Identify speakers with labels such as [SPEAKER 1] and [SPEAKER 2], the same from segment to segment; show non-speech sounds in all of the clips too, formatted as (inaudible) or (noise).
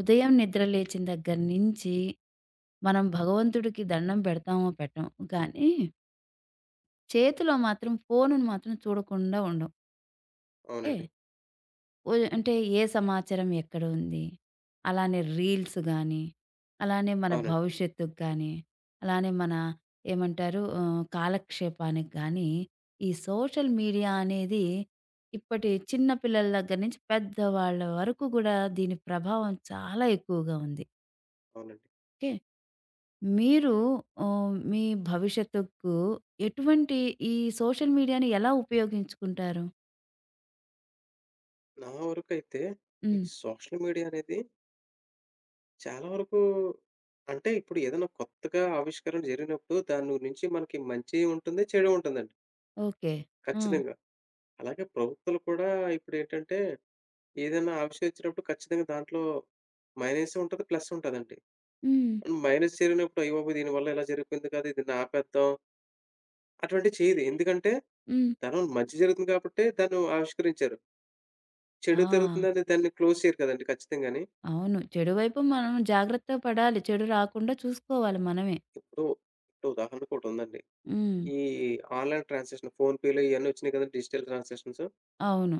[SPEAKER 1] ఉదయం నిద్ర లేచిన దగ్గర నుంచి మనం భగవంతుడికి దండం పెడతామో పెట్టం. కానీ చేతిలో మాత్రం ఫోనును మాత్రం చూడకుండా ఉండం. ఏ
[SPEAKER 2] అవునండి.
[SPEAKER 1] ఓ అంటే ఏ సమాచారం ఎక్కడుంది? అలానే రీల్స్ గానీ, అలానే మన
[SPEAKER 2] అవునండి.
[SPEAKER 1] భవిష్యత్తుకు గానీ, అలానే మన ఏమంటారు కాలక్షేపానికి గానీ, ఈ సోషల్ మీడియా అనేది ఇప్పటి చిన్న పిల్లల దగ్గర నుంచి పెద్దవాళ్ళ వరకు గూడా దీని ప్రభావం చాలా ఎక్కువగా ఉంది.
[SPEAKER 2] అవునండి.
[SPEAKER 1] ఓకే. మీరు మీ భవిష్యత్తుకు ఎటువంటి ఈ సోషల్ మీడియాని ఎలా ఉపయోగించుకుంటారు?
[SPEAKER 2] నా వరకైతే ఈ
[SPEAKER 1] హ్మ్.
[SPEAKER 2] సోషల్ మీడియా అనేది చాలా వరకు అంటే ఇప్పుడు ఏదైనా కొత్తగా ఆవిష్కరణ జరిగినప్పుడు దాని గురించి మనకి మంచి ఉంటుంది, చెడు ఉంటుందండి
[SPEAKER 1] ఓకే. ఆ!
[SPEAKER 2] ఖచ్చితంగా. అలాగే ప్రభుత్వాలు కూడా ఇప్పుడేంటంటే ఏదైనా ఆవిష్కరించినప్పుడు ఖచ్చితంగా దాంట్లో మైనసే ఉంటది, ప్లస్ ఉంటదండి.
[SPEAKER 1] హ్మ్.
[SPEAKER 2] మైనస్ జరిగినప్పుడు అయ్య బాబోయ్! దీనివల్ల ఇలా జరిగిపోయింది కదా! దీన్ని ఆపేద్దాం అటువంటివి చేయదు. ఎందుకంటే
[SPEAKER 1] హ్మ్.
[SPEAKER 2] దానివల్ల మంచి జరుగుతుంది కాబట్టి దాన్ని ఆవిష్కరించారు. చెడు
[SPEAKER 1] ఆ!
[SPEAKER 2] జరుగుతుందని దాన్ని క్లోజ్ చేయరు కదండీ ఖచ్చితంగాని.
[SPEAKER 1] అవును. చెడు వైపు మనం జాగ్రత్త పడాలి. చెడు రాకుండా చూసుకోవాలి మనమే.
[SPEAKER 2] ఇప్పుడు, ఇప్పుడు ఉదాహరణకు ఒకటుందండి.
[SPEAKER 1] హ్మ్.
[SPEAKER 2] ఈ ఆన్‌లైన్ ట్రాన్సాక్షన్ ఫోన్‌పే‌లు ఇయన్నీ వచ్చినాయి కదండీ! Digital transactions.
[SPEAKER 1] అవును.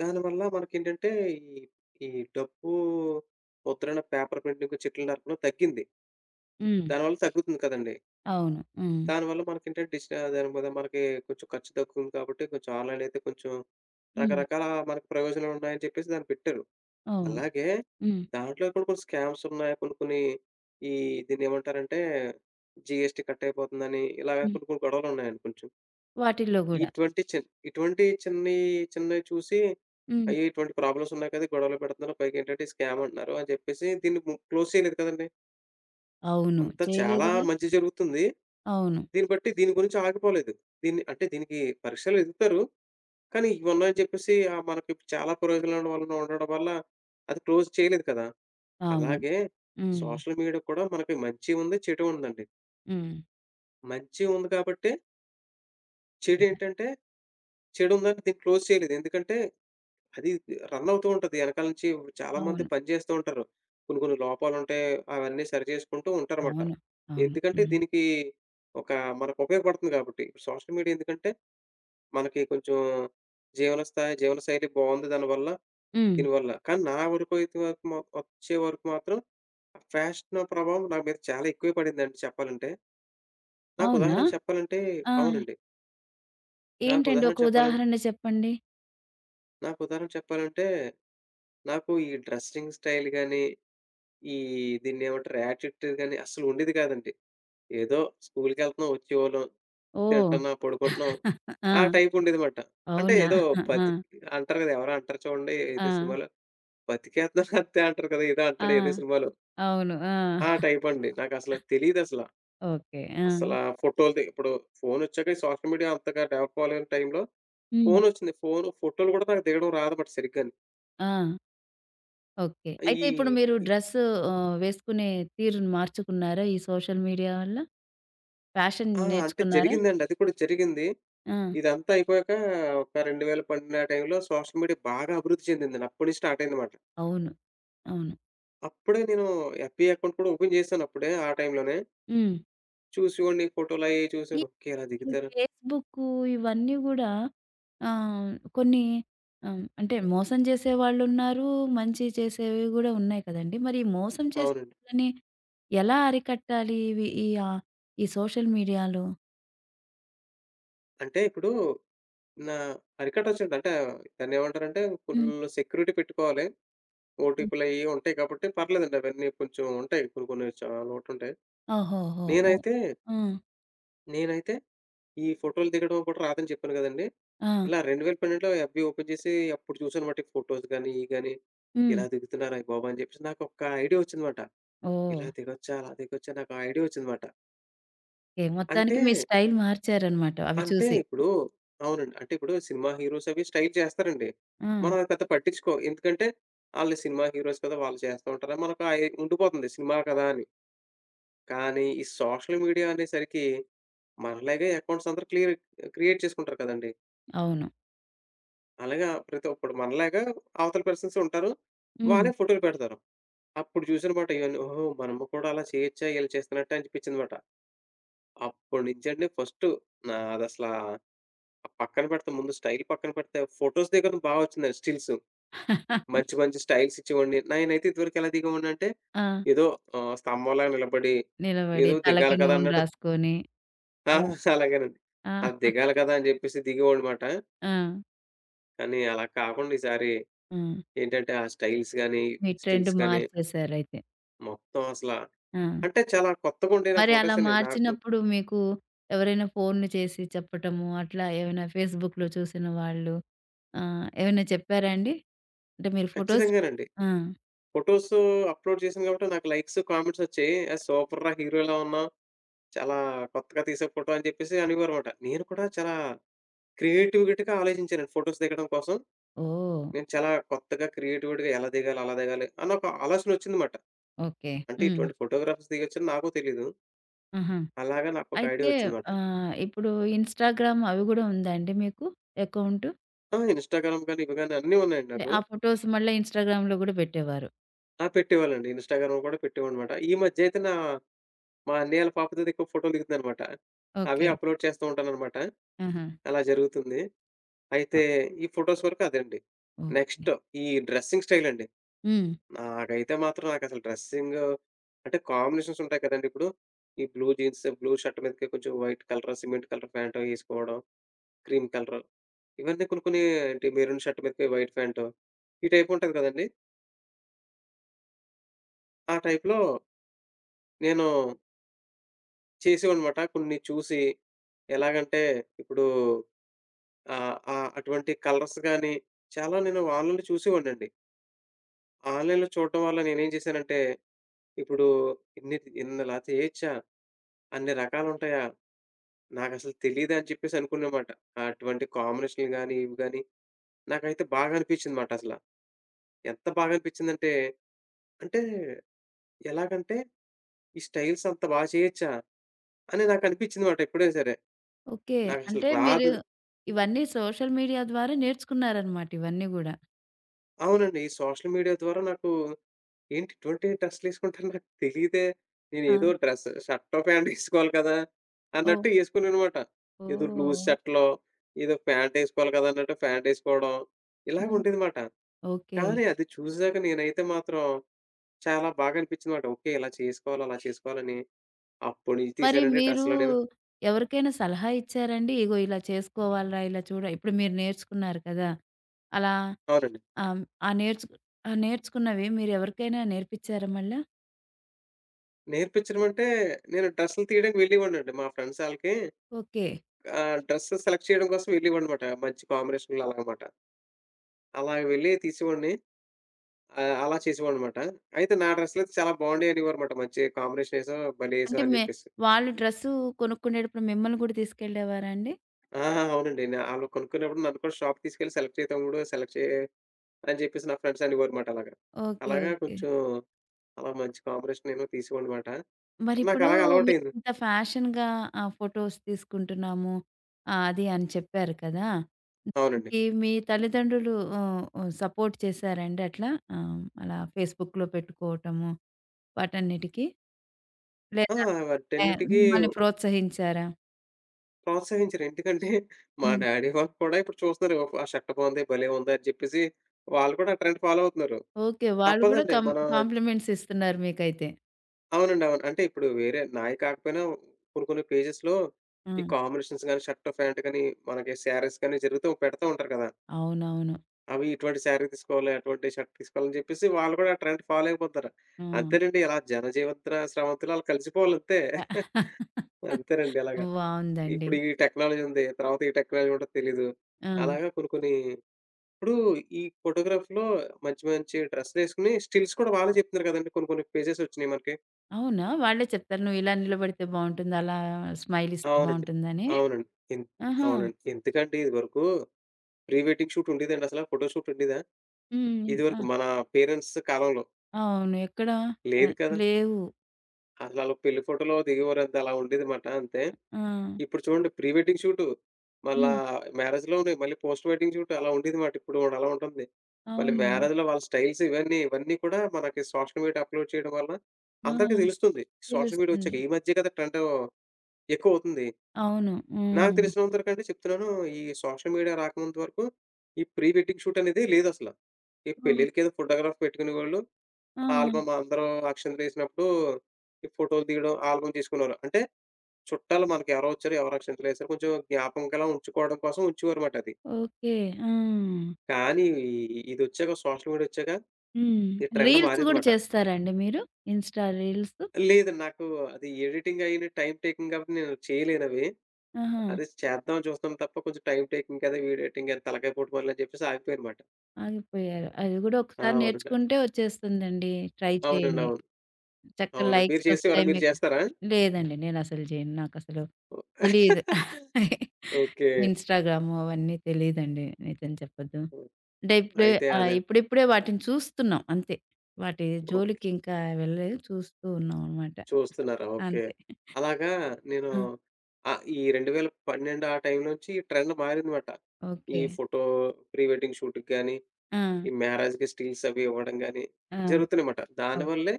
[SPEAKER 2] దానివల్ల మనకేంటంటే ఈ, ఈ డబ్బు ముద్రణ, పేపర్ ప్రింటింగ్, చెక్కులు నరకడం తగ్గింది.
[SPEAKER 1] హ్మ్.
[SPEAKER 2] దానివల్ల తగ్గుతుంది కదండీ!
[SPEAKER 1] అవును. హ్మ్.
[SPEAKER 2] దానివల్ల మనకేంటంటే డిజిటల్ దాని మీద మనకి కొంచెం ఖర్చు తగ్గుతుంది కాబట్టి కొంచెం ఆన్‌లైన్ అయితే కొంచెం
[SPEAKER 1] హ్మ్.
[SPEAKER 2] రకరకాల మనకు ప్రయోజనాలు ఉన్నాయని చెప్పేసి దాన్ని పెట్టారు.
[SPEAKER 1] అవును.
[SPEAKER 2] అలాగే
[SPEAKER 1] హ్మ్.
[SPEAKER 2] దాంట్లో కూడా కొన్ని స్కామ్స్ ఉన్నాయి. కొన్ని ఈ దీన్నేమంటారంటే జీఎస్టీ కట్ అయిపోతుందని ఇలాగ
[SPEAKER 1] హ్మ్.
[SPEAKER 2] కొన్ని గొడవలున్నాయండి కొంచెం.
[SPEAKER 1] వాటిల్లో గూడా.
[SPEAKER 2] ఇటువంటి చిన్ని చిన్నవి చూసి,
[SPEAKER 1] హ్మ్.
[SPEAKER 2] అయ్యో! ఇటువంటి ప్రాబ్లమ్స్ ఉన్నాయి కదా! గొడవలు పెడుతున్నారు. పైగా ఏంటంటే స్కామ్ అంటున్నారు అని చెప్పేసి దీన్ని క్లోజ్ చేయలేదు కదండీ.
[SPEAKER 1] అవును.
[SPEAKER 2] అంతా చాలా
[SPEAKER 1] చేయలేదుగా.
[SPEAKER 2] మంచి జరుగుతుంది.
[SPEAKER 1] అవును.
[SPEAKER 2] దీన్ని బట్టి దీని గురించి ఆగిపోలేదు. దీన్ని అంటే దీనికి పరీక్షలు ఎదుగుతారు. కానీ ఇవి ఉన్నాయని చెప్పేసి మనకి చాలా ప్రయోజనాల వలన ఉండడం వల్ల అది క్లోజ్ చేయలేదు కదా!
[SPEAKER 1] అవును.
[SPEAKER 2] అలాగే
[SPEAKER 1] హ్మ్.
[SPEAKER 2] సోషల్ మీడియా కూడా మనకి మంచి ఉంది, చెడు ఉందండి.
[SPEAKER 1] హ్మ్.
[SPEAKER 2] మంచి ఉంది కాబట్టే చెడు ఏంటంటే చెడు ఉందని దీన్ని క్లోజ్ చేయలేదు. ఎందుకంటే అది రన్ అవుతూ ఉంటది. ఎనకాల నుంచి ఇప్పుడు చాలామంది
[SPEAKER 1] అవును.
[SPEAKER 2] పని చేస్తూ ఉంటారు. కొన్ని కొన్ని లోపాలుంటాయి. అవన్నీ సరి చేసుకుంటూ ఉంటారమాట.
[SPEAKER 1] అవును. అవును.
[SPEAKER 2] ఎందుకంటే
[SPEAKER 1] హ్మ్.
[SPEAKER 2] దీనికి ఒక మనకు ఉపయోగపడుతుంది కాబట్టి. సోషల్ మీడియా ఎందుకంటే మనకి కొంచెం జీవనస్థాయి, జీవనశైలి బావుంది దానివల్ల,
[SPEAKER 1] హ్మ్.
[SPEAKER 2] దీనివల్ల. కానీ నా వరకు అయితే వరకు మా వచ్చే వరకు మాత్రం ఫ్యాషన్ ప్రభావం నా మీద చాలా ఎక్కువే పడిందండి చెప్పాలంటే. నాకు
[SPEAKER 1] అవునా?
[SPEAKER 2] ఉదాహరణ చెప్పాలంటే
[SPEAKER 1] ఆ!
[SPEAKER 2] అవునండి. నాకు
[SPEAKER 1] ఏంటండి
[SPEAKER 2] ఉదాహరణ
[SPEAKER 1] ఒక
[SPEAKER 2] చెప్పాలం
[SPEAKER 1] ఉదాహరణ చెప్పండి?
[SPEAKER 2] నాకు ఉదాహరణ చెప్పాలంటే నాకు ఈ డ్రెస్సింగ్ స్టైల్ గాని ఈ దీన్నేమంటారు యాటిట్యూడ్ గాని అస్సలు ఉండేది కాదండి. ఏదో స్కూలుకెళ్తున్నాం, వచ్చేవాళ్ళం,
[SPEAKER 1] ఓహ్!
[SPEAKER 2] తింటున్నాం, పడుకుంటున్నాం.
[SPEAKER 1] ఆ!
[SPEAKER 2] ఆ టైప్ ఉండేదిమాట. అంటే
[SPEAKER 1] అవునా?
[SPEAKER 2] ఏదో
[SPEAKER 1] ఆ!
[SPEAKER 2] బతికి అంటారు కదా! ఎవరో అంటారు చూడండి
[SPEAKER 1] ఆ!
[SPEAKER 2] ఏదో సినిమాలో, "బతికేత్తున్నాను అత్తే" అంటారు కదా! ఏదో
[SPEAKER 1] ఆ!
[SPEAKER 2] అంటాడు ఏదో సినిమాలో.
[SPEAKER 1] అవును.
[SPEAKER 2] ఆ
[SPEAKER 1] ఆ!
[SPEAKER 2] టైప్ అండి. నాకసలు తెలీదసల.
[SPEAKER 1] ఓకే. ఆ!
[SPEAKER 2] అసల ఫోటోలది ఇప్పుడు ఫోనొచ్చాక ఈ సోషల్ మీడియా అంతగా డెవలప్ అవ్వలేని టైంలో
[SPEAKER 1] హ్మ్.
[SPEAKER 2] ఫోనొచ్చింది. ఫోను ఫోటోలు కూడా నాకు దిగడం రాదమాట సరిగ్గాను.
[SPEAKER 1] ఆ! ఓకే. అయితే ఇప్పుడు
[SPEAKER 2] ఈ
[SPEAKER 1] మీరు డ్రెస్ వేసుకునే తీరును మార్చుకున్నారా? ఈ సోషల్ మీడియా వల్ల? ఫ్యాషన్
[SPEAKER 2] ఆ! అంటే
[SPEAKER 1] నేర్చుకున్నారా?
[SPEAKER 2] జరిగిందండి. అది కూడా జరిగింది.
[SPEAKER 1] ఆ!
[SPEAKER 2] ఇదంతా అయిపోయాక ఒక 2012 ఆ టైంలో సోషల్ మీడియా బాగా అభివృద్ధి చెందిందండి. అప్పటి నుంచి స్టార్ట్ అయిందన్నమాట.
[SPEAKER 1] అవును. అవును.
[SPEAKER 2] అప్పుడే నేను ఎఫ్‌బీ అకౌంట్ కూడా ఓపెన్ చేశాను అప్పుడే ఆ టైంలోనే.
[SPEAKER 1] హ్మ్.
[SPEAKER 2] చూసేవాడిని ఫోటోలయి
[SPEAKER 1] ఈ
[SPEAKER 2] చూసాను. ఓకే. ఇలా
[SPEAKER 1] ఈ
[SPEAKER 2] దిగుతారు.
[SPEAKER 1] ఫేస్‌బుక్కు ఇవన్నీ గూడా ఆ! కొన్ని అంటే మోసం చేసేవాళ్ళున్నారు. మంచి చేసేవి గూడా ఉన్నాయి కదండీ! మరి మోసం
[SPEAKER 2] అవునండి.
[SPEAKER 1] చేసేవాళ్ళని ఎలా అరికట్టాలి? ఇవి ఈ ఈ సోషల్ మీడియాలో?
[SPEAKER 2] అంటే ఇప్పుడు నా అరికట్టొచ్చండి. అంటే దాన్నేమంటారంటే ఫుల్
[SPEAKER 1] హ్మ్.
[SPEAKER 2] సెక్యూరిటీ పెట్టుకోవాలి.
[SPEAKER 1] హ్మ్.
[SPEAKER 2] ఓటీపీలయి ఉంటాయి కాబట్టి పర్లేదండి. అవన్నీ కొంచెం ఉంటాయి. కొన్ని కొన్ని లోటుంటాయి.
[SPEAKER 1] ఓహోహో! ఓహ్!
[SPEAKER 2] నేనైతే,
[SPEAKER 1] ఆ!
[SPEAKER 2] నేనైతే ఈ ఫోటోలు దిగడం కూడా రాదని చెప్పాను కదండీ!
[SPEAKER 1] ఆ!
[SPEAKER 2] ఇలా 2012లో ఎఫ్‌బీ ఓపెన్ చేసి అప్పుడు చూసానమాట ఈ ఫోటోస్ గాని, ఇయి గాని.
[SPEAKER 1] హ్మ్.
[SPEAKER 2] ఇలా దిగుతున్నారాయి బాబు! అని చెప్పేసి నాకొక ఐడియా వచ్చిందమాట.
[SPEAKER 1] ఓహ్!
[SPEAKER 2] ఇలా దిగొచ్చా? అలా దిగొచ్చా? నాకు ఆ ఐడియా వచ్చిందమాట.
[SPEAKER 1] ఓకే.
[SPEAKER 2] అంటే,
[SPEAKER 1] మొత్తానికి మీ స్టైల్ మార్చారనమాట అవి
[SPEAKER 2] అంటే
[SPEAKER 1] చూసి.
[SPEAKER 2] ఇప్పుడు అవునండి. అంటే ఇప్పుడు సినిమా హీరోస్ అవి స్టైల్ చేస్తారండి.
[SPEAKER 1] ఆ!
[SPEAKER 2] మనం అది పెద్ద పట్టించుకోం. ఎందుకంటే ఆళ్ళు సినిమా హీరోస్ కదా! వాళ్ళు చేస్తా ఉంటారని మనకు ఆయి ఉండిపోతుంది సినిమా కదా! అని. కానీ ఈ సోషల్ మీడియా అనేసరికి మనలాగే అకౌంట్స్ అందరూ క్లియర్ క్రియేట్ చేసుకుంటారు కదండీ!
[SPEAKER 1] అవును.
[SPEAKER 2] అలాగా ప్రతి ఇప్పుడు మనలాగా అవతల పర్సన్స్ ఉంటారు.
[SPEAKER 1] హ్మ్.
[SPEAKER 2] వాళ్ళే ఫోటోలు పెడతారు. అప్పుడు చూసానమాట ఇయన్నీ ఓహో! మనము కూడా అలా చేయొచ్చా ఈళ్ళు చేస్తున్నట్టు అనిపించిందమాట. అప్పటి నుంచండి ఫస్ట్ నాదసలా పక్కన పెడితే ముందు స్టైల్ పక్కన పెడితే ఫోటోస్ దిగడం బాగా వచ్చిందండి స్టిల్స్.
[SPEAKER 1] (laughs)
[SPEAKER 2] మంచి మంచి స్టైల్స్ ఇచ్చేవాడిని. నేనైతే ఇదివరకు ఎలా దిగేవాడినంటే
[SPEAKER 1] ఆ!
[SPEAKER 2] ఏదో స్తంభంలా నిలబడి
[SPEAKER 1] నిలబడి
[SPEAKER 2] ఏదో దిగాలి
[SPEAKER 1] తలకి
[SPEAKER 2] కదా
[SPEAKER 1] నూనె
[SPEAKER 2] అన్నట్టు
[SPEAKER 1] రాసుకొని
[SPEAKER 2] (laughs) ఆ!
[SPEAKER 1] అలా.
[SPEAKER 2] అలాగేనండి.
[SPEAKER 1] ఆ!
[SPEAKER 2] అది దిగాలి కదా అని చెప్పేసి దిగేవాడినమాట.
[SPEAKER 1] ఆ!
[SPEAKER 2] కానీ అలా కాకుండా ఈసారి
[SPEAKER 1] ఆ!
[SPEAKER 2] ఏంటంటే, ఆ స్టైల్స్ గాని,
[SPEAKER 1] మీ ట్రెండ్
[SPEAKER 2] స్టిల్స్ గాని
[SPEAKER 1] మార్చేసారయితే.
[SPEAKER 2] మొత్తం అసల
[SPEAKER 1] ఆ!
[SPEAKER 2] అంటే చాలా కొత్తగుండేవి ఆ
[SPEAKER 1] మరి అలా
[SPEAKER 2] ఫోటోసన్ని నాకు.
[SPEAKER 1] మార్చినప్పుడు మీకు ఎవరైనా ఫోన్‌లు చేసి చెప్పటము, అట్లా ఏమైనా ఫేస్‌బుక్‌లో చూసిన వాళ్ళు ఏమైనా చెప్పారా అండి? అంటే మీరు ఫోటోస్
[SPEAKER 2] ఖచ్చితంగానండి.
[SPEAKER 1] ఆ!
[SPEAKER 2] ఫోటోస్ అప్‌లోడ్ చేశాను కాబట్టి నాకు లైక్స్, కామెంట్స్ వచ్చాయి. "ఆ! సూపర్‌రా హీరోలా ఉన్నావు. చాలా కొత్తగా తీసావు ఫోటో" అని చెప్పేసి అనేవారన్నమాట. నేను కూడా చాలా క్రియేటివిటీగా ఆలోచించానండి ఫోటోస్ దిగడం కోసం.
[SPEAKER 1] ఓహ్!
[SPEAKER 2] నేను చాలా కొత్తగా క్రియేటివిటీగా ఎలా దిగాలి, అలా దిగాలి అని ఒక ఆలోచన వచ్చిందన్నమాట.
[SPEAKER 1] ఓకే.
[SPEAKER 2] అంటే
[SPEAKER 1] హ్మ్.
[SPEAKER 2] ఇటువంటి ఫోటోగ్రాఫర్స్ దిగొచ్చని నాకు తెలీదు.
[SPEAKER 1] ఆహా!
[SPEAKER 2] అలాగా నాకొక ఐడియా
[SPEAKER 1] అయితే
[SPEAKER 2] వచ్చిందన్నమాట.
[SPEAKER 1] ఇప్పుడు ఇన్‌స్టాగ్రామ్ అవి గూడా ఉందా అండి మీకు అకౌంటు?
[SPEAKER 2] ఆ! ఇన్‌స్టాగ్రామ్ గాని, ఇవి గాని అన్నీ ఉన్నాయండి నాకు.
[SPEAKER 1] ఆ ఫోటోస్ మళ్ళా ఇన్‌స్టాగ్రామ్‌లో గూడా పెట్టేవారు.
[SPEAKER 2] ఆ! పెట్టేవాళ్ళండి. ఇన్‌స్టాగ్రామ్‌లో కూడా పెట్టేవాడినమాట. ఈ మధ్య అయితే నా మా అన్నయ్యోళ్ళ పాపతోటి ఎక్కువ ఫోటోలు దిగుతుందనమాట. అవే
[SPEAKER 1] ఓకే.
[SPEAKER 2] అప్‌లోడ్ చేస్తూ ఉంటాననమాట.
[SPEAKER 1] ఆహా!
[SPEAKER 2] అలా జరుగుతుంది.
[SPEAKER 1] ఆ!
[SPEAKER 2] అయితే ఈ ఫోటోస్ వరకు అదండి.
[SPEAKER 1] ఓకే.
[SPEAKER 2] నెక్స్ట్ ఈ డ్రెస్సింగ్ స్టైల్ అండి.
[SPEAKER 1] హ్మ్.
[SPEAKER 2] నాకైతే మాత్రం నాకసలు డ్రెస్సింగ్ అంటే కాంబినేషన్స్ ఉంటాయి కదండీ! ఇప్పుడు ఈ బ్లూ జీన్స్, బ్లూ షర్ట్ మీదకి కొంచెం white colour, cement colour pant ఏసుకోవడం, క్రీమ్ కలర్ ఇవన్నీ కొన్ని కొన్ని ఏంటి మెరూన్ షర్ట్ మీదకి వైట్ ప్యాంటు ఈ టైప్ ఉంటది కదండీ! ఆ టైప్‌లో నేను చేసేవాడినమాట. కొన్ని చూసి ఎలాగంటే ఇప్పుడు ఆహ్, ఆహ్, అటువంటి కలర్స్ గాని, చాలా నేను ఆన్‌లైన్‌లో చూసేవాడినండి. ఆన్‌లైన్‌లో చూడటం వల్ల నేనేం చేశానంటే, ఇప్పుడు ఇన్ని ఇందులా చేయొచ్చా? అన్ని రకాలుంటాయా? నాకసలు తెలీదా అని చెప్పేసి అనుకున్నామాట. అటువంటి కాంబినేషన్‌లు గాని, ఇవి గాని, నాకైతే బాగా అనిపించింది మాట అసల. ఎంత బాగా అనిపించిందంటే అంటే ఎలాగంటే, ఈ స్టైల్స్ అంత బా చేయొచ్చా? అని నాకనిపిచ్చింది మాట ఎప్పుడే సరే.
[SPEAKER 1] ఓకే.
[SPEAKER 2] నాకసలు
[SPEAKER 1] అంటే మీరు
[SPEAKER 2] రాదు.
[SPEAKER 1] ఇవన్నీ సోషల్ మీడియా ద్వారా నేర్చుకున్నారనమాట ఇవన్నీ గూడా.
[SPEAKER 2] అవునండి. ఈ సోషల్ మీడియా ద్వారా నాకు ఏంటి ఇటువంటి డ్రెస్సులేసుకుంటారో నాకు తెలీదే.
[SPEAKER 1] ఆ!
[SPEAKER 2] నేనేదో డ్రెస్ షర్టో, ప్యాంటో ఏసుకోవాలి కదా!
[SPEAKER 1] ఓహ్!
[SPEAKER 2] అన్నట్టు ఏసుకున్నానమాట. ఏదో లూజ్
[SPEAKER 1] ఓహ్!
[SPEAKER 2] షర్ట్‌లో, ఏదో ప్యాంటేసుకోవాలి కదా! అన్నట్టు ప్యాంటేసుకోవడం. ఇలాగ
[SPEAKER 1] హ్మ్.
[SPEAKER 2] ఉండేది మాట.
[SPEAKER 1] ఓకే.
[SPEAKER 2] కానీ అది చూసాక నేనైతే మాత్రం చాలా బాగా అనిపిచ్చింది మాట. ఓకే. ఇలా చేసుకోవాలి, అలా చేసుకోవాలని. అప్పుడు నుంచి
[SPEAKER 1] మరి
[SPEAKER 2] తీశానండి
[SPEAKER 1] మీరు
[SPEAKER 2] డ్రెస్‌లు నేను.
[SPEAKER 1] ఎవరికైనా సలహా ఇచ్చారండి? ఇగో ఇలా చేసుకోవాలిరా, ఇలా చూడ ఇప్పుడు మీరు నేర్చుకున్నారు కదా! అలా
[SPEAKER 2] అవునండి.
[SPEAKER 1] ఆహ్, ఆ నేర్చు ఆ నేర్చుకున్నవి మీరు ఎవరికైనా నేర్పించారా మళ్ళా?
[SPEAKER 2] నేర్పించడం అంటే, నేను డ్రెస్‌లు తీయడానికి వెళ్ళేవాడినండి. మా ఫ్రెండ్స్ ఆళ్ళకి
[SPEAKER 1] ఓకే.
[SPEAKER 2] డ్రెస్ సెలెక్ట్ చేయడం కోసం వెళ్ళేవాడినమాట. మంచి కాంబినేషన్‌లో అలాగమాట. అలా వెళ్ళి తీసేవాడిని. అలా చేసేవాడినమాట. అయితే నా డ్రెస్‌లయితే చాలా బాగున్నాయి అనేవారన్నమాట. మంచి కాంబినేషన్ ఏసావు, భలే
[SPEAKER 1] అంటే
[SPEAKER 2] ఏసావు అని
[SPEAKER 1] మే
[SPEAKER 2] జెప్పేసి.
[SPEAKER 1] వాళ్ళు డ్రెస్సు కొనుక్కునేటప్పుడు మిమ్మల్ని కూడా తీసుకెళ్ళేవారా అండి?
[SPEAKER 2] ఆ! అవునండి. ఆళ్ళు కొనుక్కున్నప్పుడు నన్ను కూడా షాప్‌కి తీసుకెళ్ళి సెలెక్ట్ చేయి తమ్ముడు, సెలెక్ట్ చేయి అని జెప్పేసి నా ఫ్రెండ్స్ అనేవారన్నమాట అలాగా.
[SPEAKER 1] ఓకే.
[SPEAKER 2] అలాగా
[SPEAKER 1] ఓకే.
[SPEAKER 2] కొంచెం అలా మంచి కాంబినేషన్ నేను తీసేవాడినమాట. నాకు
[SPEAKER 1] మరిప్పుడు
[SPEAKER 2] అలాగే అలవాటయింది.
[SPEAKER 1] మీరింత ఫ్యాషన్‌గా ఫోటోస్ తీసుకుంటున్నాము అది అని చెప్పారు కదా!
[SPEAKER 2] అవునండి.
[SPEAKER 1] దానికి మీ తల్లిదండ్రులు ఆహ్, ఆహ్, సపోర్ట్ చేశారండి అట్లా? అలా ఫేస్‌బుక్‌లో పెట్టుకోవటము వాటన్నిటికి?
[SPEAKER 2] ఆ!
[SPEAKER 1] లేదా
[SPEAKER 2] వాటన్నిటికి
[SPEAKER 1] మిమ్మల్ని ప్రోత్సహించారా?
[SPEAKER 2] ప్రోత్సహించరు. ఎందుకంటే మా
[SPEAKER 1] హ్మ్.
[SPEAKER 2] డ్యాడీ వాళ్ళు కూడా ఇప్పుడు చూస్తున్నారు. ఆ షర్ట్ బావుంది, భలే ఉంది అని చెప్పేసి వాళ్ళు కూడా ఆ ట్రెండ్ ఫాలో అవుతున్నారు.
[SPEAKER 1] ఓకే. వాళ్ళు కూడా
[SPEAKER 2] తప్పదండి
[SPEAKER 1] కం
[SPEAKER 2] మన
[SPEAKER 1] కాంప్లిమెంట్స్ ఇస్తున్నారు మీకైతే.
[SPEAKER 2] అవునండి. అవును. అంటే ఇప్పుడు వేరే నాయి కాకపోయినా కొన్ని కొన్ని పేజెస్‌లో ఈ
[SPEAKER 1] హ్మ్.
[SPEAKER 2] కాంబినేషన్స్ గాని, షర్ట్, ప్యాంట్ గాని, మనకి శారీస్ గాని జరుగుతూ పెడతా ఉంటారు కదా!
[SPEAKER 1] అవునవును.
[SPEAKER 2] అవి ఇటువంటి శారీ తీసుకోవాలి, అటువంటి షర్ట్ తీసుకోవాలని చెప్పేసి వాళ్ళు కూడా ఆ ట్రెండ్ ఫాలో అయిపోతున్నారు.
[SPEAKER 1] హ్మ్.
[SPEAKER 2] అంతేనండి ఇలా జనజీవన స్రవంతిలో ఆళ్ళు కలిసిపోవాలంతే.
[SPEAKER 1] (laughs)
[SPEAKER 2] అంతేనండి అలాగ.
[SPEAKER 1] బావుందండి.
[SPEAKER 2] ఇప్పుడు ఈ టెక్నాలజీ ఉంది. తర్వాత ఈ టెక్నాలజీ ఉంటది తెలీదు.
[SPEAKER 1] ఆ!
[SPEAKER 2] అలాగా కొన్ని కొన్ని ఇప్పుడు ఈ ఫోటోగ్రఫీ‌లో మంచి మంచి డ్రెస్‌లేసుకొని స్టిల్స్ కూడా వాళ్ళే చెప్తున్నారు కదండీ! కొన్ని కొన్ని పేజెస్ వచ్చినాయి మనకి.
[SPEAKER 1] అవునా? వాళ్ళే చెప్తారు. నువ్వు ఇలా నిలబడితే బావుంటుంది. అలా స్మైల్ ఇస్తే
[SPEAKER 2] అవునండి.
[SPEAKER 1] బావుంటుందని.
[SPEAKER 2] అవునండి. ఎన్
[SPEAKER 1] ఆహా!
[SPEAKER 2] అవునండి. ఎందుకండి ఇదివరకు ప్రీ వెడ్డింగ్ షూట్ ఉండేదండి అసల? ఫోటో షూట్ ఉండేదా?
[SPEAKER 1] హ్మ్.
[SPEAKER 2] ఇదివరకు
[SPEAKER 1] ఆ!
[SPEAKER 2] మన పేరెంట్స్ కాలంలో
[SPEAKER 1] అవును. ఎక్కడ? ఆ!
[SPEAKER 2] లేదు కదా!
[SPEAKER 1] లేవు.
[SPEAKER 2] అసలు ఆళ్ళు పెళ్లి ఫోటోలో దిగేవారంతే అలా ఉండేది మాట అంతే.
[SPEAKER 1] ఆ!
[SPEAKER 2] ఇప్పుడు చూడండి ప్రీ వెడ్డింగ్ షూటు, మళ్ళా
[SPEAKER 1] హ్మ్.
[SPEAKER 2] మ్యారేజ్‌లోనే మళ్ళీ పోస్ట్ వెడ్డింగ్ షూట్ అలా ఉండేది మాట. ఇప్పుడు వాడు అలా ఉంటుంది. మళ్ళీ
[SPEAKER 1] అవును.
[SPEAKER 2] మ్యారేజ్‌లో వాళ్ళ స్టైల్స్ ఇవన్నీ, ఇవన్నీ కూడా మనకి సోషల్ మీడియా అప్‌లోడ్ చేయడం వల్ల
[SPEAKER 1] ఆ!
[SPEAKER 2] అందరికీ తెలుస్తుంది. సోషల్ మీడియా వచ్చాక
[SPEAKER 1] తెలుస్తుంది.
[SPEAKER 2] ఈ మధ్య కదా ట్రెండ్ ఎక్కువవుతుంది.
[SPEAKER 1] అవును.
[SPEAKER 2] నాకు
[SPEAKER 1] హ్మ్.
[SPEAKER 2] తెలిసినంత వరకంటే చెప్తున్నాను, ఈ సోషల్ మీడియా రాకముందు వరకు ఈ ప్రీ వెడ్డింగ్ షూట్ అనేది లేదసల. ఈ
[SPEAKER 1] ఓహ్!
[SPEAKER 2] పెళ్ళిళ్ళకేదో ఫోటోగ్రాఫ్ పెట్టుకునేవాళ్ళు.
[SPEAKER 1] ఆ!
[SPEAKER 2] ఆల్బమ్ అందరూ అక్షంతలేసినప్పుడు ఈ ఫోటోలు తీయడం, ఆల్బమ్ చేసుకునేవారు. అంటే చుట్టాలు మనకి ఎవరొచ్చారు, ఎవరు అక్షింతలేశారు కొంచెం జ్ఞాపకంలా ఉంచుకోవడం కోసం ఉంచేవారమాట అది.
[SPEAKER 1] ఓకే. ఆ!
[SPEAKER 2] కానీ ఇదొచ్చాక సోషల్ మీడియా ఒచ్చాక
[SPEAKER 1] హ్మ్.
[SPEAKER 2] ఈ ట్రెండ్
[SPEAKER 1] రీల్స్ గూడా
[SPEAKER 2] మారిందిమాట.
[SPEAKER 1] చేస్తారండి మీరు? Insta reels?
[SPEAKER 2] లేదు నాకు అది ఎడిటింగ్ అయిన టైమ్ టేకింగ్ కాబట్టి నేను చేయలేనవి.
[SPEAKER 1] ఆహా!
[SPEAKER 2] అది చేద్దామని చూస్తున్నాను తప్ప కొంచెం టైమ్ టేకింగ్ కదా! వీడియో ఎడిటింగ్ అని తలకాయ పోటు పనులని చెప్పేసి ఆగిపోయానుమాట.
[SPEAKER 1] ఆగిపోయారు. అది గూడా
[SPEAKER 2] ఆ!
[SPEAKER 1] ఒకసారి
[SPEAKER 2] అవునండి.
[SPEAKER 1] నేర్చుకుంటే వచ్చేస్తుందండి. ట్రై
[SPEAKER 2] అవునండి.
[SPEAKER 1] చేయండి.
[SPEAKER 2] అవును.
[SPEAKER 1] చక్కగా
[SPEAKER 2] అవునండి. మీరు
[SPEAKER 1] లైక్స్
[SPEAKER 2] చేసేవారా?
[SPEAKER 1] ఒస్తాయి
[SPEAKER 2] మీరు
[SPEAKER 1] మీకు.
[SPEAKER 2] చేస్తారా?
[SPEAKER 1] లేదండి. నేనసలు జేయను. నాకసలు
[SPEAKER 2] ఓహ్!
[SPEAKER 1] తెలీదు.
[SPEAKER 2] (laughs) ఓకే.
[SPEAKER 1] ఇన్‌స్టాగ్రాము అవన్నీ తెలీదండి. నిజం చెప్పొద్దు. అంటే ఇప్పుడే
[SPEAKER 2] అయితే అదే.
[SPEAKER 1] ఇప్పుడిప్పుడే వాటిని చూస్తున్నాం అంతే. వాటి
[SPEAKER 2] ఓహ్!
[SPEAKER 1] జోలికి ఇంకా వెళ్ళలేదు. చూస్తూ ఉన్నాం అనమాట.
[SPEAKER 2] చూస్తున్నారా? ఓకే.
[SPEAKER 1] అంతే.
[SPEAKER 2] అలాగా నేను
[SPEAKER 1] ఆ!
[SPEAKER 2] ఈ 2012 ఆ టైం నుంచి ఈ ట్రెండ్ మారిందమాట. ఈ
[SPEAKER 1] ఓకే.
[SPEAKER 2] ఫోటో ప్రీ వెడ్డింగ్ షూట్‌కి గాని,
[SPEAKER 1] ఆ!
[SPEAKER 2] ఈ మ్యారేజ్‌కి స్టిల్స్ అవి ఇవ్వడం గాని
[SPEAKER 1] ఆ!
[SPEAKER 2] జరుగుతున్నాయన్నమాట.
[SPEAKER 1] ఓహ్!
[SPEAKER 2] దానివల్లే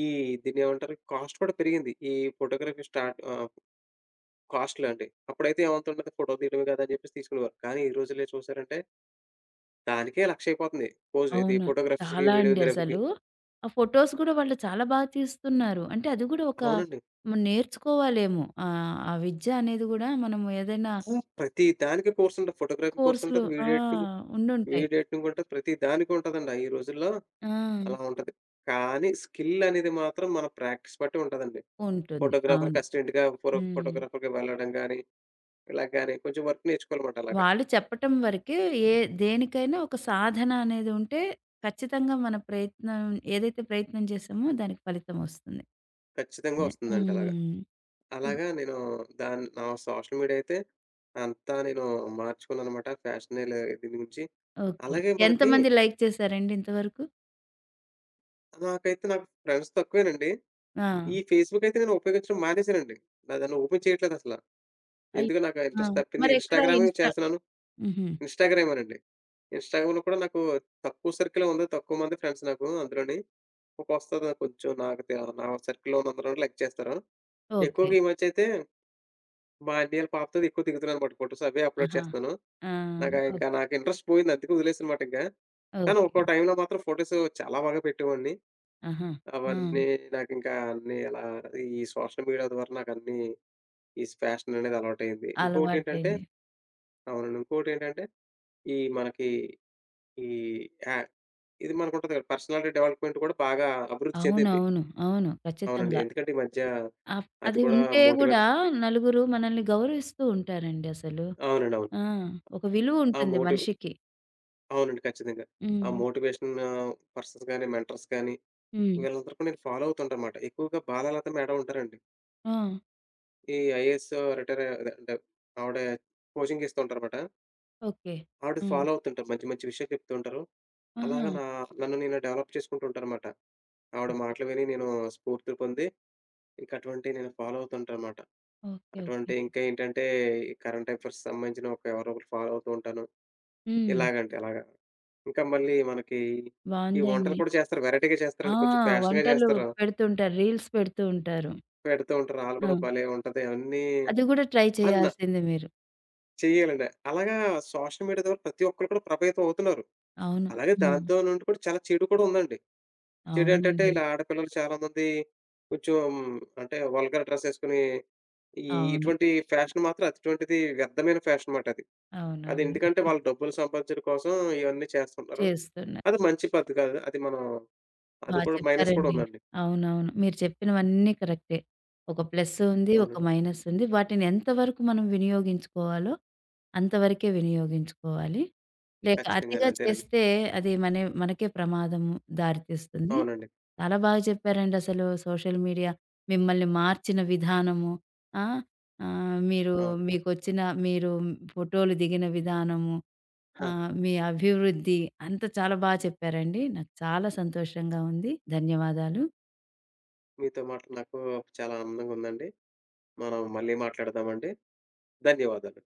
[SPEAKER 2] ఈ దీన్నేమంటారు? కాస్ట్ కూడా పెరిగింది. ఈ ఫోటోగ్రఫీ స్టార్ట్ కాస్ట్‌లు అండి. అప్పుడైతే ఏమవుతుంటది ఫోటో తీయడమే కదా! అని చెప్పేసి తీసుకునేవారు. కానీ ఈ రోజుల్లో చూసారంటే దానికే లక్ష అయిపోతుంది. పోజ్ ఇది
[SPEAKER 1] అవును.
[SPEAKER 2] ఫోటోగ్రాఫర్స్‌కి,
[SPEAKER 1] చాలా అండి
[SPEAKER 2] వీడియోగ్రఫీకి
[SPEAKER 1] అసలు. ఆ ఫోటోస్ గూడా వాళ్ళు చాలా బాగా తీస్తున్నారు. అంటే అది గూడా ఒక
[SPEAKER 2] అవునండి.
[SPEAKER 1] మనం నేర్చుకోవాలేమో. ఆ విద్య అనేది గూడా మనము ఏదైనా
[SPEAKER 2] ఆ, ప్రతి దానికి కోర్స్ ఉంటది. ఫోటోగ్రఫీ కోర్స్
[SPEAKER 1] కోర్సులు
[SPEAKER 2] ఉంటది.
[SPEAKER 1] ఆ! ఉండుంటాయి.
[SPEAKER 2] వీడియో ఎడిటింగ్ ఉంటది. ప్రతి దానికి ఉంటదండి. ఈ రోజుల్లో
[SPEAKER 1] ఆ!
[SPEAKER 2] అలా ఉంటది. కానీ స్కిల్ అనేది మాత్రం మన ప్రాక్టీస్ బట్టి ఉంటదండి.
[SPEAKER 1] ఉంటుంది.
[SPEAKER 2] ఫోటోగ్రాఫర్‌కి
[SPEAKER 1] అవును.
[SPEAKER 2] అసిస్టెంట్‌గా
[SPEAKER 1] హ్మ్.
[SPEAKER 2] ఫోటోగ్రాఫర్‌గా వెళ్ళడం గాని, ఇలా గాని కొంచెం వర్క్ నేర్చుకోవాలమాట అలాగా.
[SPEAKER 1] వాళ్ళు చెప్పటం వరకే ఏ దేనికైనా ఒక సాధన అనేది ఉంటే ఖచ్చితంగా మన ప్రయత్నం ఏదైతే ప్రయత్నం చేసామో దానికి ఫలితం వస్తుంది.
[SPEAKER 2] ఖచ్చితంగా
[SPEAKER 1] అదే.
[SPEAKER 2] వస్తుందండి అలాగా.
[SPEAKER 1] హ్మ్. హ్మ్.
[SPEAKER 2] అలాగా నేను నా సోషల్ మీడియా అయితే అంతా నేను మార్చుకున్నాననమాట. ఫ్యాషన్ ఇలా దీని గురించి.
[SPEAKER 1] ఓకే.
[SPEAKER 2] అలాగే మనకి
[SPEAKER 1] ఎంతమంది లైక్ చేసారండి ఇంతవరకు?
[SPEAKER 2] నాకైతే నాకు ఫ్రెండ్స్ తక్కువేనండి.
[SPEAKER 1] ఆ!
[SPEAKER 2] ఈ ఫేస్‌బుక్ అయితే నేను ఉపయోగించడం మానేసానండి. నా దాన్ని ఓపెన్ చేయట్లేదసల.
[SPEAKER 1] అయ్
[SPEAKER 2] ఎందుకో నాకు ఆ
[SPEAKER 1] ఆ!
[SPEAKER 2] ఇంట్రెస్ట్ తప్పింది.
[SPEAKER 1] మరెక్కడ
[SPEAKER 2] ఇన్‌స్టాగ్రామే
[SPEAKER 1] ఇన్‌స్టా
[SPEAKER 2] చేస్తున్నాను.
[SPEAKER 1] హుహు.
[SPEAKER 2] ఇన్‌స్టాగ్రామేనండి. ఇన్‌స్టాగ్రామ్‌లో కూడా నాకు తక్కువ సర్కిలే ఉంది. తక్కువ మంది ఫ్రెండ్స్ నాకు అందులోని. ఒకొస్తది నాకు కొంచెం నాకు తె నా సర్కిల్‌లో ఉన్న అందరూ లైక్ చేస్తారు.
[SPEAKER 1] ఓకే.
[SPEAKER 2] ఎక్కువగా ఈ మధ్య అయితే మా అన్నయ్య వాళ్ళ పాపతోటి ఎక్కువ దిగుతున్నానన్నమాట ఫోటోస్ అవే అప్‌లోడ్
[SPEAKER 1] ఆహా!
[SPEAKER 2] చేస్తున్నాను.
[SPEAKER 1] ఆ! ఓకే.
[SPEAKER 2] నాకు ఇంట్రెస్ట్ పోయింది. అందుకే వదిలేసానన్నమాట ఇంకా. కానీ
[SPEAKER 1] ఓకే.
[SPEAKER 2] ఒక్కో టైమ్‌లో మాత్రం ఫోటోస్ చాలా బాగా పెట్టేవాడిని.
[SPEAKER 1] ఆహా! ఆ!
[SPEAKER 2] అవన్నీ నాకింకా అన్నీ అలా ఈ సోషల్ మీడియా ద్వారా నాకన్నీ ఈ ఫ్యాషన్ అనేది అలవాటయింది. ఇంకొకటేంటంటే
[SPEAKER 1] అలవాటైంది.
[SPEAKER 2] అవునండి. ఇంకొకటేంటంటే ఈ మనకి ఈ యా ఇది మనకుంటది కదా! పర్సనాలిటీ డెవలప్‌మెంట్ కూడా బాగా అభివృద్ధి చెందింది.
[SPEAKER 1] అవునవును. అవును. అవును,
[SPEAKER 2] అవునండి.
[SPEAKER 1] ఖచ్చితంగా.
[SPEAKER 2] ఎందుకంటే ఈ మధ్య
[SPEAKER 1] అప్
[SPEAKER 2] అది
[SPEAKER 1] అది
[SPEAKER 2] కూడా
[SPEAKER 1] ఉంటే గూడా
[SPEAKER 2] మోటివేట్స్
[SPEAKER 1] నలుగురు మనల్ని గౌరవిస్తూ ఉంటారండి అసలు.
[SPEAKER 2] అవునండి. అవును.
[SPEAKER 1] ఆ! ఒక విలువ
[SPEAKER 2] ఆ
[SPEAKER 1] ఉంటుంది
[SPEAKER 2] మోటివ్
[SPEAKER 1] మనిషికి.
[SPEAKER 2] అవునండి. ఖచ్చితంగా. ఆ
[SPEAKER 1] హ్మ్.
[SPEAKER 2] మోటివేషన్ పర్సన్స్ గాని, మెంటర్స్ గాని
[SPEAKER 1] హ్మ్.
[SPEAKER 2] వీళ్ళందరూ కూడా నేను ఫాలో అవుతుంటానమాట. ఎక్కువగా బాలాలత మేడం ఉంటారండి.
[SPEAKER 1] ఆ!
[SPEAKER 2] ఈ ఐఏఎస్ రిటైర్ అదే అంటే ఆవిడ కోచింగ్ ఇస్తూ ఉంటారమాట.
[SPEAKER 1] ఓకే.
[SPEAKER 2] ఆవిడ
[SPEAKER 1] హ్మ్.
[SPEAKER 2] ఫాలో అవుతుంటారు. మంచి మంచి విషయాలు చెప్తూ ఉంటారు.
[SPEAKER 1] ఆహా!
[SPEAKER 2] అలాగా నా నన్ను నేను డెవలప్ చేసుకుంటూ ఉంటానన్నమాట. ఆవిడ
[SPEAKER 1] ఓకే.
[SPEAKER 2] మాటలు విని నేను స్ఫూర్తి పొంది, ఇంక అటువంటివి నేను ఫాలో అవుతుంటానన్నమాట.
[SPEAKER 1] ఓకే. ఓకే.
[SPEAKER 2] అటువంటి ఇంకా ఏంటంటే, ఈ కరెంట్ అఫైర్స్ సంబంధించిన ఒక ఎవరో ఒకరు ఫాలో అవుతూ ఉంటాను.
[SPEAKER 1] హ్మ్.
[SPEAKER 2] ఇలాగంటే అలాగా. ఇంకా మళ్ళీ మనకి ఈ వంటలు
[SPEAKER 1] బావుందండి.
[SPEAKER 2] కూడా చేస్తారు. వెరైటీగా
[SPEAKER 1] ఆ!
[SPEAKER 2] చేస్తారండి. కొంచెం ఫ్యాషన్‌గా
[SPEAKER 1] వంటలు
[SPEAKER 2] చేస్తారు.
[SPEAKER 1] పెడుతుంటారు. రీల్స్ పెడుతూ ఉంటారు.
[SPEAKER 2] పెడుతూ ఉంటారు. ఆళ్ళు
[SPEAKER 1] ఆ!
[SPEAKER 2] కూడా భలే ఉంటది. అవన్నీ
[SPEAKER 1] అది గూడా ట్రై
[SPEAKER 2] అన్న
[SPEAKER 1] చేయాల్సింది మీరు.
[SPEAKER 2] చేయాలండి. అలాగా సోషల్ మీడియా ద్వారా ప్రతి ఒక్కళ్ళు కూడా ప్రభావితం అవుతున్నారు.
[SPEAKER 1] అవును.
[SPEAKER 2] అలాగే
[SPEAKER 1] హ్మ్.
[SPEAKER 2] దాంతో నుండి కూడా చాలా చెడు కూడా ఉందండి. చెడేంటంటే
[SPEAKER 1] అవునండి.
[SPEAKER 2] ఇలా ఆడపిల్లలు చాలామంది కొంచెం అంటే వల్గర్ డ్రెస్సేసుకొని, ఈ
[SPEAKER 1] అవును.
[SPEAKER 2] ఇటువంటి ఫ్యాషన్ మాత్రం అటువంటిది వ్యర్థమైన ఫ్యాషన్ మాటది. అది అది
[SPEAKER 1] అవునవును.
[SPEAKER 2] ఎందుకంటే వాళ్ళు డబ్బులు సంపాదించడం కోసం ఇవన్నీ చేస్తున్నారు.
[SPEAKER 1] చేస్తున్నారు.
[SPEAKER 2] అది మంచి పద్ధతి కాదు. అది మనం అది
[SPEAKER 1] బా
[SPEAKER 2] కూడా మైనస్ కూడా
[SPEAKER 1] చెప్పారండి.
[SPEAKER 2] ఉందండి.
[SPEAKER 1] అవునవును. మీరు చెప్పినవన్నీ కరెక్టే. ఒక ప్లస్ ఉంది. ఒక
[SPEAKER 2] అవునండి.
[SPEAKER 1] మైనస్ ఉంది. వాటిని ఎంతవరకు మనం వినియోగించుకోవాలో అంతవరకే వినియోగించుకోవాలి. లేక
[SPEAKER 2] ఖచ్చితంగానే
[SPEAKER 1] అతిగా
[SPEAKER 2] అంతేనండి.
[SPEAKER 1] చేస్తే అది మనే మనకే ప్రమాదం దారితీస్తుంది.
[SPEAKER 2] అవునండి.
[SPEAKER 1] చాలా బాగా చెప్పారండి అసలు సోషల్ మీడియా మిమ్మల్ని మార్చిన విధానము. ఆ! మీరు
[SPEAKER 2] అవునండి.
[SPEAKER 1] మీకొచ్చిన మీరు ఫోటోలు దిగిన విధానము.
[SPEAKER 2] ఆ!
[SPEAKER 1] ఆ! మీ అభివృద్ధి అంతా చాలా బా చెప్పారండి. నాకు చాలా సంతోషంగా ఉంది. ధన్యవాదాలు.
[SPEAKER 2] మీతో మాట్లాడి నాకు చాలా ఆనందంగా ఉందండి. మనం మళ్ళీ మాట్లాడదామండి. ధన్యవాదాలు.